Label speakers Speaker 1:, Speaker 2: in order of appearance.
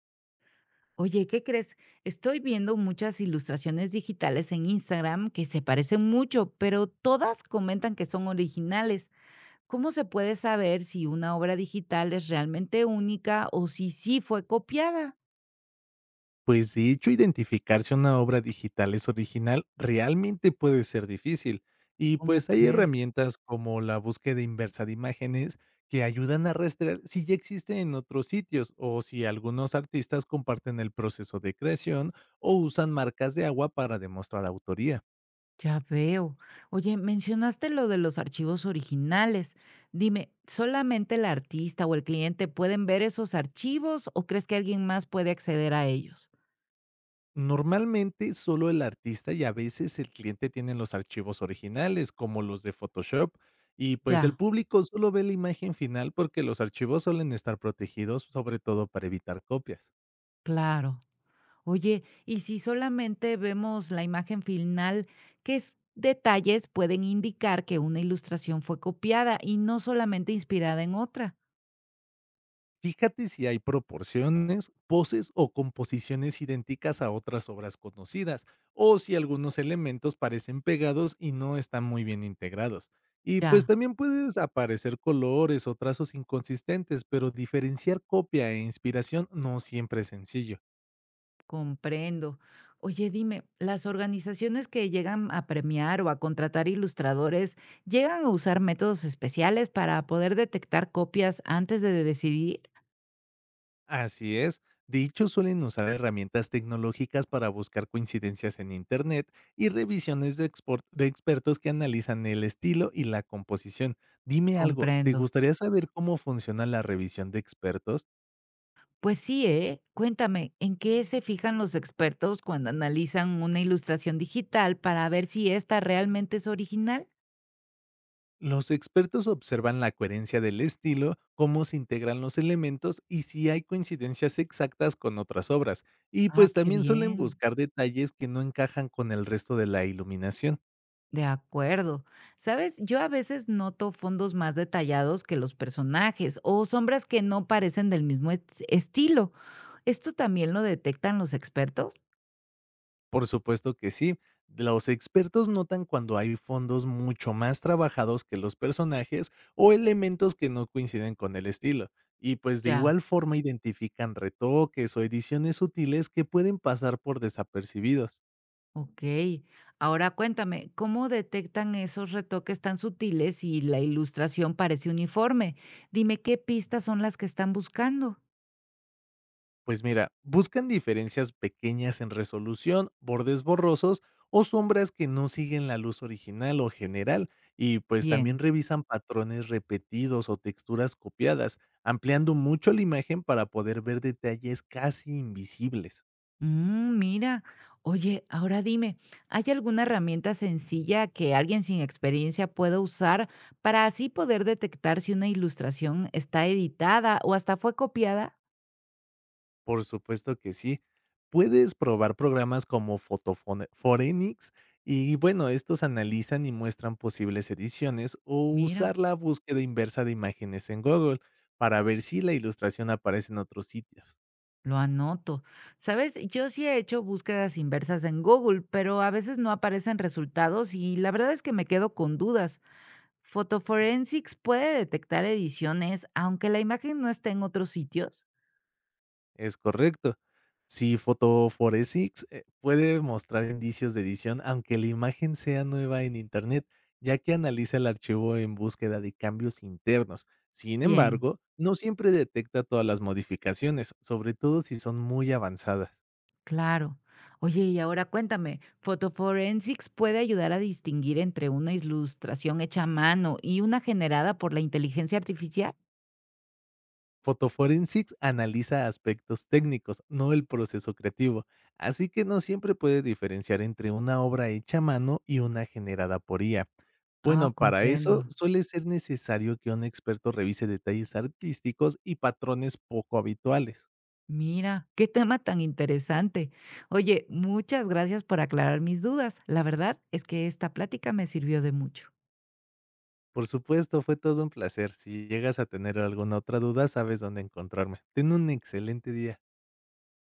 Speaker 1: Oye, ¿qué crees? Estoy viendo muchas ilustraciones digitales en Instagram que se parecen mucho, pero todas comentan que son originales. ¿Cómo se puede saber si una obra digital es realmente única o si sí fue copiada?
Speaker 2: Pues de hecho, identificar si una obra digital es original realmente puede ser difícil. Y
Speaker 1: ¿Cómo
Speaker 2: pues hay
Speaker 1: crees?
Speaker 2: herramientas como la búsqueda inversa de imágenes que ayudan a rastrear si ya existe en otros sitios o si algunos artistas comparten el proceso de creación o usan marcas de agua para demostrar autoría.
Speaker 1: Ya veo. Oye, mencionaste lo de los archivos originales. Dime, ¿solamente el artista o el cliente pueden ver esos archivos o crees que alguien más puede acceder a ellos?
Speaker 2: Normalmente solo el artista y a veces el cliente tienen los archivos originales, como los de Photoshop, y pues el
Speaker 1: Ya,
Speaker 2: público solo ve la imagen final porque los archivos suelen estar protegidos, sobre todo para evitar copias.
Speaker 1: claro. Oye, y si solamente vemos la imagen final, ¿ detalles pueden indicar que una ilustración fue copiada y no solamente inspirada en otra?
Speaker 2: Fíjate si hay proporciones, poses o composiciones idénticas a otras obras conocidas, o si algunos elementos parecen pegados y no están muy bien integrados. Y
Speaker 1: Ya.
Speaker 2: pues también puedes aparecer colores o trazos inconsistentes, pero diferenciar copia e inspiración no siempre es sencillo.
Speaker 1: Comprendo. Oye, dime, ¿las organizaciones que llegan a premiar o a contratar ilustradores llegan a usar métodos especiales para poder detectar copias antes de decidir?
Speaker 2: Así es. Dichos suelen usar herramientas tecnológicas para buscar coincidencias en Internet y revisiones de expertos que analizan el estilo y la composición. Dime algo, ¿te
Speaker 1: Comprendo.
Speaker 2: gustaría saber cómo funciona la revisión de expertos?
Speaker 1: Pues sí, ¿eh? Cuéntame, ¿en qué se fijan los expertos cuando analizan una ilustración digital para ver si esta realmente es original?
Speaker 2: Los expertos observan la coherencia del estilo, cómo se integran los elementos y si hay coincidencias exactas con otras obras. Y
Speaker 1: Ah,
Speaker 2: pues
Speaker 1: qué
Speaker 2: también suelen
Speaker 1: bien.
Speaker 2: buscar detalles que no encajan con el resto de la iluminación.
Speaker 1: De acuerdo. Sabes, yo a veces noto fondos más detallados que los personajes o sombras que no parecen del mismo estilo. ¿Esto también lo detectan los expertos?
Speaker 2: Por supuesto que sí. Los expertos notan cuando hay fondos mucho más trabajados que los personajes o elementos que no coinciden con el estilo. Y pues de
Speaker 1: Ya.
Speaker 2: igual forma identifican retoques o ediciones sutiles que pueden pasar por desapercibidos.
Speaker 1: Ok. Ahora cuéntame, ¿cómo detectan esos retoques tan sutiles y la ilustración parece uniforme? Dime qué pistas son las que están buscando.
Speaker 2: Pues mira, buscan diferencias pequeñas en resolución, bordes borrosos o sombras que no siguen la luz original o general y pues también
Speaker 1: Bien.
Speaker 2: revisan patrones repetidos o texturas copiadas, ampliando mucho la imagen para poder ver detalles casi invisibles.
Speaker 1: Mira. Oye, ahora dime, ¿hay alguna herramienta sencilla que alguien sin experiencia pueda usar para así poder detectar si una ilustración está editada o hasta fue copiada?
Speaker 2: Por supuesto que sí. Puedes probar programas como Photofone Forenix y bueno, estos analizan y muestran posibles ediciones o
Speaker 1: Mira.
Speaker 2: usar la búsqueda inversa de imágenes en Google para ver si la ilustración aparece en otros sitios.
Speaker 1: Lo anoto. Sabes, yo sí he hecho búsquedas inversas en Google, pero a veces no aparecen resultados y la verdad es que me quedo con dudas. Photoforensics puede detectar ediciones aunque la imagen no esté en otros sitios.
Speaker 2: Es correcto. Si Photoforesics puede mostrar indicios de edición, aunque la imagen sea nueva en Internet, ya que analiza el archivo en búsqueda de cambios internos. Sin
Speaker 1: Bien,
Speaker 2: embargo, no siempre detecta todas las modificaciones, sobre todo si son muy avanzadas.
Speaker 1: claro. Oye, y ahora cuéntame, ¿Photoforensics puede ayudar a distinguir entre una ilustración hecha a mano y una generada por la inteligencia artificial?
Speaker 2: Photoforensics analiza aspectos técnicos, no el proceso creativo, así que no siempre puede diferenciar entre una obra hecha a mano y una generada por IA.
Speaker 1: Ah,
Speaker 2: Bueno, para eso
Speaker 1: comprendo.
Speaker 2: suele ser necesario que un experto revise detalles artísticos y patrones poco habituales.
Speaker 1: Mira, qué tema tan interesante. Oye, muchas gracias por aclarar mis dudas. La verdad es que esta plática me sirvió de mucho.
Speaker 2: Por supuesto, fue todo un placer. Si llegas a tener alguna otra duda, sabes dónde encontrarme. Ten un excelente día.